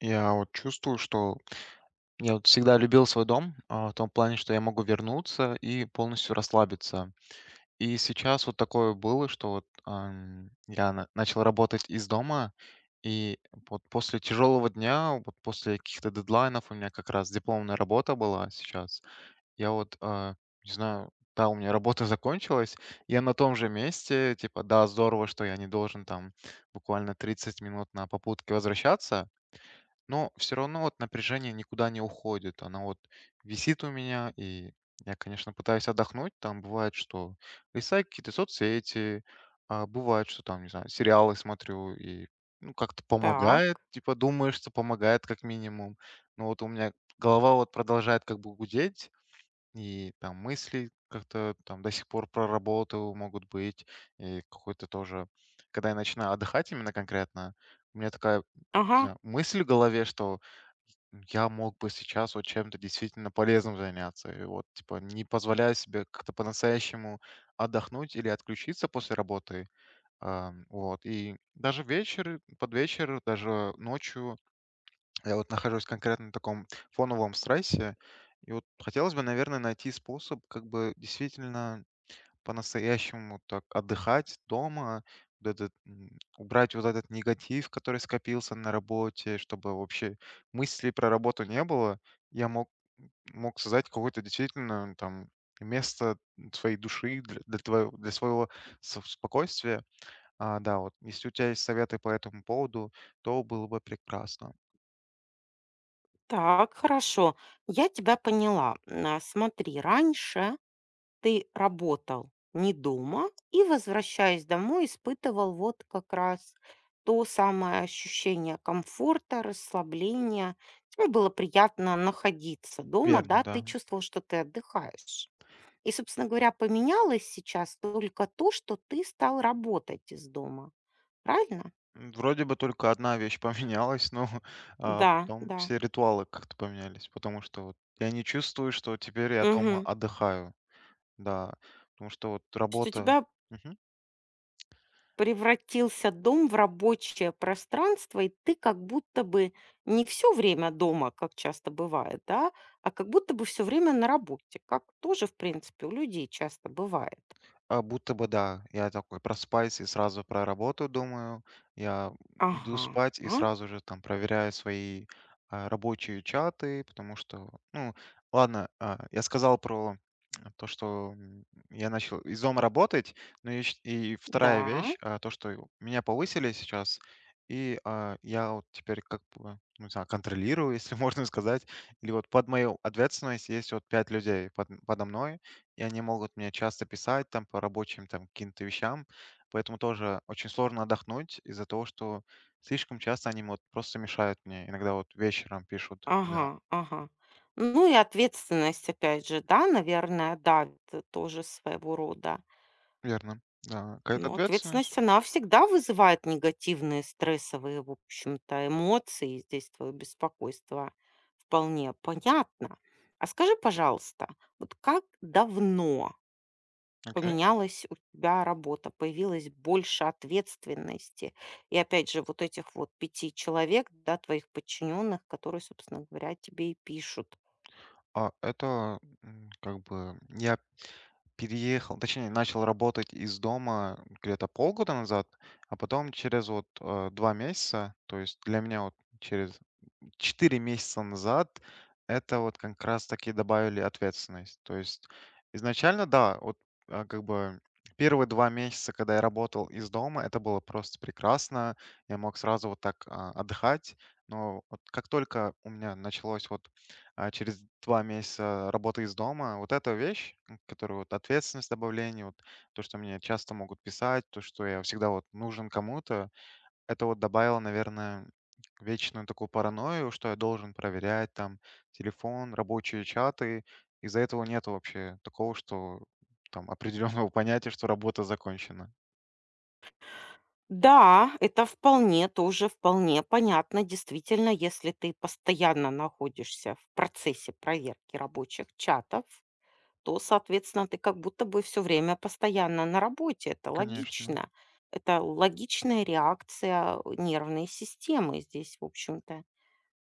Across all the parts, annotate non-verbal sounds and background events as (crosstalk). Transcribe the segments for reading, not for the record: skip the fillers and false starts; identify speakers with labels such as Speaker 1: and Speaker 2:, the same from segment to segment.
Speaker 1: Я вот чувствую, что я вот всегда любил свой дом, в том плане, что я могу вернуться и полностью расслабиться. И сейчас вот такое было, что вот начал работать из дома, и вот после тяжелого дня, вот после каких-то дедлайнов, у меня как раз дипломная работа была сейчас. Я вот, не знаю, да, у меня работа (laughs) закончилась, я на том же месте, типа, да, здорово, что я не должен там буквально 30 минут на попутке возвращаться, но все равно вот напряжение никуда не уходит. Она вот висит у меня, и я, конечно, пытаюсь отдохнуть. Там бывает, что листаю какие-то соцсети, бывает, что там, не знаю, сериалы смотрю и, ну, как-то
Speaker 2: Так,
Speaker 1: помогает, типа думаешь, что помогает как минимум. Но вот у меня голова вот продолжает как бы гудеть, и там мысли как-то там до сих пор про работу могут быть. И какой-то тоже... Когда я начинаю отдыхать именно конкретно, у меня такая, не
Speaker 2: ага,
Speaker 1: знаю, мысль в голове, что я мог бы сейчас вот чем-то действительно полезным заняться. И вот, типа, не позволяю себе как-то по-настоящему отдохнуть или отключиться после работы. Вот. И даже вечер, под вечер, даже ночью я вот нахожусь конкретно в таком фоновом стрессе, и вот хотелось бы, наверное, найти способ как бы действительно по-настоящему так отдыхать дома, вот этот, убрать вот этот негатив, который скопился на работе, чтобы вообще мыслей про работу не было. Я мог, мог создать какое-то действительно там место своей души для своего спокойствия. Да, вот если у тебя есть советы по этому поводу, то было бы прекрасно.
Speaker 2: так, хорошо. Я тебя поняла. Смотри, раньше ты работал не дома и, возвращаясь домой, испытывал вот как раз то самое ощущение комфорта, расслабления. Тебе было приятно находиться дома,
Speaker 1: Верно,
Speaker 2: да, ты
Speaker 1: да.
Speaker 2: чувствовал, что ты отдыхаешь. И, собственно говоря, поменялось сейчас только то, что ты стал работать из дома. Правильно?
Speaker 1: Вроде бы только одна вещь поменялась, но, (laughs)
Speaker 2: Да,
Speaker 1: потом
Speaker 2: да.
Speaker 1: все ритуалы как-то поменялись, потому что вот я не чувствую, что теперь я дома
Speaker 2: Мгм.
Speaker 1: отдыхаю. Да, потому что вот
Speaker 2: То есть у
Speaker 1: работа.
Speaker 2: тебя
Speaker 1: Мгм.
Speaker 2: превратился дом в рабочее пространство, и ты как будто бы не все время дома, как часто бывает, да, а как будто бы все время на работе, как тоже, в принципе, у людей часто бывает.
Speaker 1: А будто бы да. Я такой просыпаюсь и сразу про работу думаю. Я иду
Speaker 2: Ага,
Speaker 1: спать и сразу же там проверяю свои рабочие чаты, потому что, ну, ладно, я сказал про (tsk) то, что я начал из дома работать, но и вторая
Speaker 2: да,
Speaker 1: вещь, то, что меня повысили сейчас, и я вот теперь как бы, ну, не знаю, контролирую, (laughs) если можно сказать, или вот под мою ответственность есть вот 5 людей подо мной, и они могут мне часто писать там по рабочим там каким-то вещам, поэтому тоже очень сложно отдохнуть из-за того, что слишком часто они вот просто мешают мне. Иногда вот вечером пишут. Да,
Speaker 2: ага, ага. Ну и ответственность, опять же, да, наверное, давит тоже своего рода.
Speaker 1: верно. Да, какая-то
Speaker 2: Ну,
Speaker 1: ответственность.
Speaker 2: ответственность, она всегда вызывает негативные стрессовые, в общем-то, эмоции. Здесь твое беспокойство вполне понятно. А скажи, пожалуйста, вот как давно
Speaker 1: Окей.
Speaker 2: поменялась у тебя работа, появилось больше ответственности? И опять же, вот этих вот пяти человек, да, твоих подчиненных, которые, собственно говоря, тебе и пишут.
Speaker 1: Это как бы я переехал, точнее, начал работать из дома где-то полгода назад, а потом через вот 2 месяца, то есть для меня вот через 4 месяца назад это вот как раз таки добавили ответственность. То есть изначально, да, вот как бы первые 2 месяца, когда я работал из дома, это было просто прекрасно. Я мог сразу вот так отдыхать. Но вот как только у меня началось вот через 2 месяца работы из дома, вот эта вещь, которую вот ответственность добавление, вот то, что мне часто могут писать, то, что я всегда вот нужен кому-то, это вот добавило, наверное, вечную такую паранойю, что я должен проверять там телефон, рабочие чаты. Из-за этого нет вообще такого, что там определенного (laughs) понятия, что работа закончена.
Speaker 2: Да, это вполне тоже, вполне понятно. Действительно, если ты постоянно находишься в процессе проверки рабочих чатов, то, соответственно, ты как будто бы все время постоянно на работе. Это
Speaker 1: Конечно.
Speaker 2: логично. Это логичная реакция нервной системы здесь, в общем-то.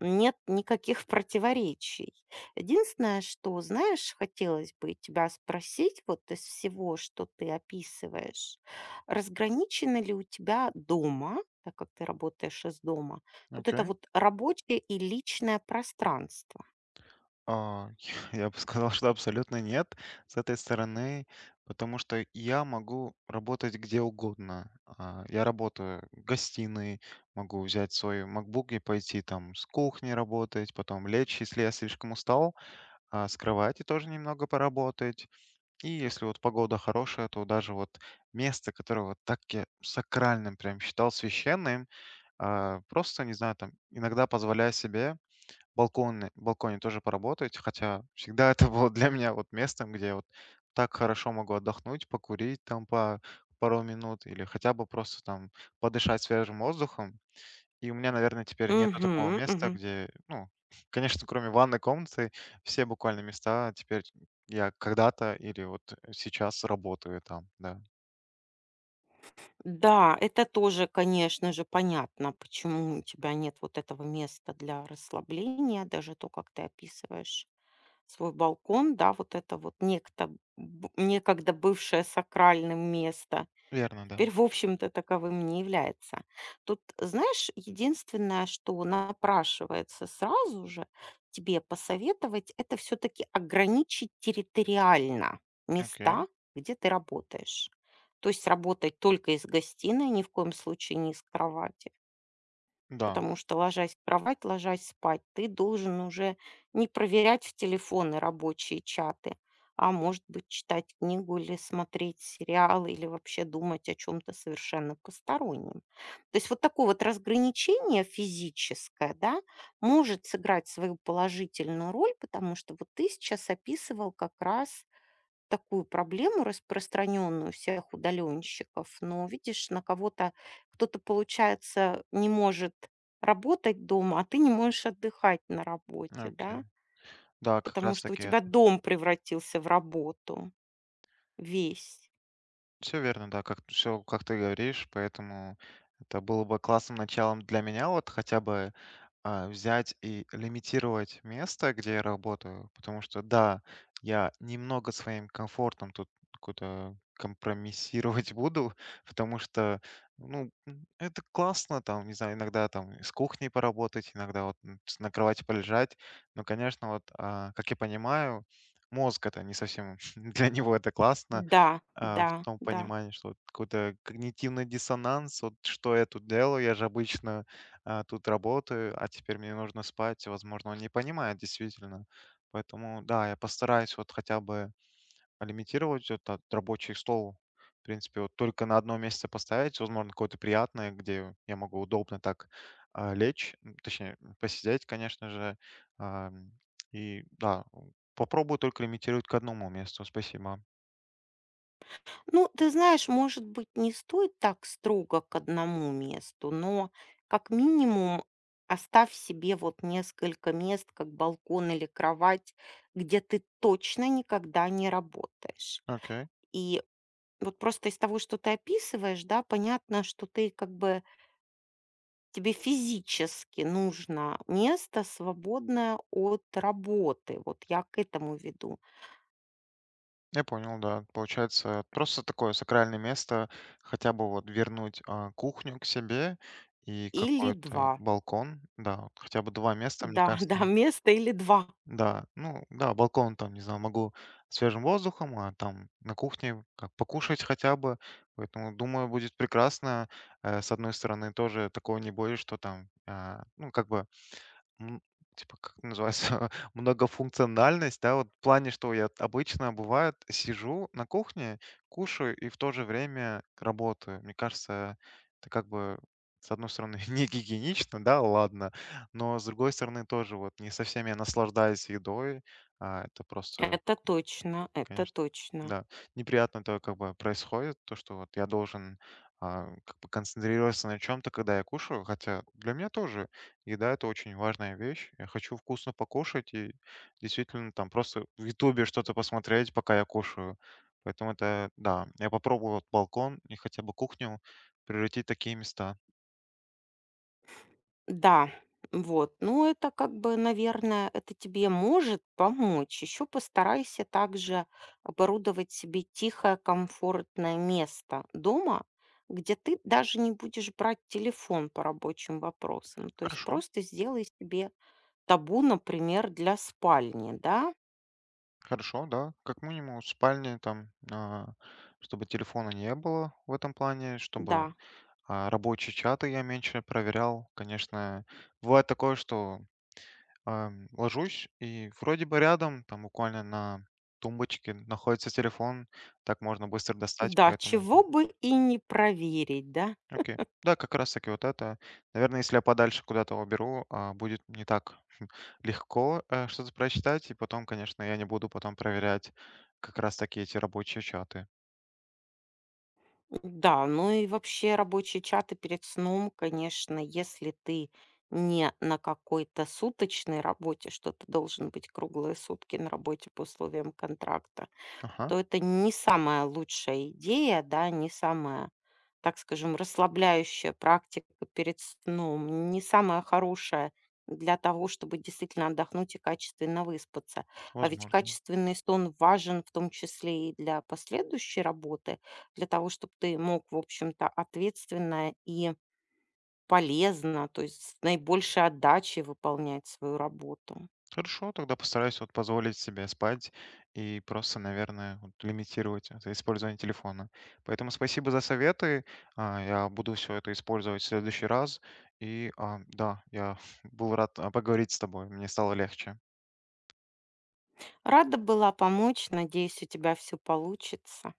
Speaker 2: Нет никаких противоречий. Единственное, что, знаешь, хотелось бы тебя спросить вот из всего, что ты описываешь, разграничено ли у тебя дома, так как ты работаешь из дома, вот это
Speaker 1: Окей.
Speaker 2: вот рабочее и личное пространство?
Speaker 1: А, (laughs) я бы сказал, что абсолютно нет с этой стороны, потому что я могу работать где угодно. Я работаю в гостиной, могу взять свой MacBook и пойти там с кухни работать, потом лечь, если я слишком устал. А с кровати тоже немного поработать. И если вот погода хорошая, то даже вот место, которое вот так я сакральным прям считал священным, просто, не знаю, там иногда позволяя себе балконе тоже поработать, хотя всегда (laughs) это было для меня вот местом, где я вот так хорошо могу отдохнуть, покурить там по пару минут или хотя бы просто там подышать свежим воздухом. И у меня, наверное, теперь нету такого
Speaker 2: Мгм,
Speaker 1: места,
Speaker 2: мгм.
Speaker 1: где, ну, (laughs) конечно, кроме ванной комнаты, все буквально места теперь я когда-то или вот сейчас работаю там, да.
Speaker 2: Да, это тоже, конечно же, понятно, почему у тебя нет вот этого места для расслабления, даже то, как ты описываешь. Свой балкон, да, вот это вот б некогда бывшее сакральным место,
Speaker 1: Верно, да.
Speaker 2: теперь, в общем-то, таковым не является. Тут, знаешь, единственное, что напрашивается сразу же тебе посоветовать — это все таки ограничить территориально
Speaker 1: Окей.
Speaker 2: места, где ты работаешь. То есть работать только из гостиной, ни в коем случае не из кровати.
Speaker 1: Да,
Speaker 2: Потому что, ложась в кровать, ложась спать, ты должен уже не проверять в телефоны рабочие чаты, а может быть, читать книгу или смотреть сериал, или вообще думать о чем-то совершенно постороннем. То есть вот такое вот разграничение физическое, да, может сыграть свою положительную роль, потому что вот ты сейчас описывал как раз такую проблему распространенную всех удаленщиков, но видишь, на кого-то кто-то, получается, не может работать дома, а ты не можешь отдыхать на работе,
Speaker 1: окей.
Speaker 2: да,
Speaker 1: Да, как
Speaker 2: потому
Speaker 1: раз
Speaker 2: что у
Speaker 1: таки.
Speaker 2: тебя дом превратился в работу весь.
Speaker 1: Все верно, да, как все, как ты говоришь, поэтому это было бы классным началом для меня, вот хотя бы взять и лимитировать место, где я работаю, потому что, да, я немного своим комфортом тут какую-то компромиссировать (laughs) буду, потому что, ну, это классно, там, не знаю, иногда там с кухней поработать, иногда вот на кровати полежать, но, конечно, вот, как я понимаю, мозг это не совсем (laughs) для него это классно,
Speaker 2: Да,
Speaker 1: в
Speaker 2: да,
Speaker 1: том
Speaker 2: да.
Speaker 1: понимании, что вот какой-то когнитивный диссонанс, вот что я тут делаю, я же обычно тут работаю, а теперь мне нужно спать, возможно, он не понимает действительно. Поэтому, да, я постараюсь вот хотя бы лимитировать вот этот рабочий стол, в принципе, вот только на одно место поставить, возможно, какое-то приятное, где я могу удобно так лечь, точнее, посидеть, конечно же. Ам, и да, попробую только лимитировать к одному месту, спасибо.
Speaker 2: Ну, ты знаешь, может быть, не стоит так строго к одному месту, но как минимум оставь себе вот несколько мест, как балкон или кровать, где ты точно никогда не работаешь.
Speaker 1: Окей.
Speaker 2: И вот просто из того, что ты описываешь, да, понятно, что ты как бы тебе физически нужно место свободное от работы. Вот я к этому веду.
Speaker 1: Я понял, да. Получается, просто такое сакральное место, хотя бы вот вернуть кухню к себе и
Speaker 2: Или
Speaker 1: какой-то
Speaker 2: два.
Speaker 1: балкон, да, вот хотя бы 2 места, мне
Speaker 2: Да, (laughs) да,
Speaker 1: кажется,
Speaker 2: место или два.
Speaker 1: да, ну да, балкон там, не знаю, могу свежим воздухом, а там на кухне как покушать хотя бы. Поэтому, думаю, будет прекрасно. С одной стороны, тоже такого не боюсь, что там, ну, как бы м, типа, как это называется, (laughs) многофункциональность, да, вот в плане, что я обычно, бывает, сижу на кухне, кушаю и в то же время работаю. Мне кажется, это как бы, с одной стороны, (laughs) не гигиенично, да, ладно, но, с другой стороны, тоже вот не со всеми я наслаждаюсь едой. Это просто,
Speaker 2: Это точно, это
Speaker 1: конечно,
Speaker 2: точно.
Speaker 1: да, неприятно то, как бы происходит, то, что вот я должен как бы концентрироваться на чем-то, когда я кушаю, хотя для меня тоже еда это очень важная вещь. Я хочу вкусно покушать и действительно там просто в Ютубе что-то посмотреть, пока я кушаю. Поэтому это, да, я попробую вот балкон и хотя бы кухню превратить в такие места.
Speaker 2: Да, вот. Ну, это как бы, наверное, это тебе может помочь. Еще постарайся также оборудовать себе тихое, комфортное место дома, где ты даже не будешь брать телефон по рабочим вопросам. То есть
Speaker 1: Хорошо.
Speaker 2: просто сделай себе табу, например, для спальни, да?
Speaker 1: Хорошо, да. Как минимум в спальне там, чтобы телефона не было в этом плане, чтобы
Speaker 2: Да.
Speaker 1: рабочие чаты я меньше проверял. Конечно, бывает такое, что ложусь и вроде бы рядом, там буквально на тумбочке находится телефон, так можно быстро достать,
Speaker 2: Да,
Speaker 1: поэтому да.
Speaker 2: чего бы и не проверить, да?
Speaker 1: Окей. Да, как раз таки вот это. Наверное, если я подальше куда-то уберу, будет не так (laughs) легко что-то прочитать, и потом, конечно, я не буду потом проверять как раз таки эти рабочие чаты.
Speaker 2: Да, ну и вообще рабочие чаты перед сном, конечно, если ты не на какой-то суточной работе, что ты должен быть круглые сутки на работе по условиям контракта,
Speaker 1: Ага,
Speaker 2: то это не самая лучшая идея, да, не самая, так скажем, расслабляющая практика перед сном, не самая хорошая для того, чтобы действительно отдохнуть и качественно выспаться. А ведь
Speaker 1: возможно.
Speaker 2: качественный сон важен в том числе и для последующей работы, для того, чтобы ты мог, в общем-то, ответственно и полезно, то есть с наибольшей отдачей выполнять свою работу.
Speaker 1: Хорошо, тогда постараюсь вот позволить себе спать и просто, наверное, вот лимитировать это использование телефона. Поэтому спасибо за советы. Я буду все это использовать в следующий раз. И да, я (laughs) был рад поговорить с тобой. Мне стало легче.
Speaker 2: Рада была помочь, надеюсь, у тебя все получится.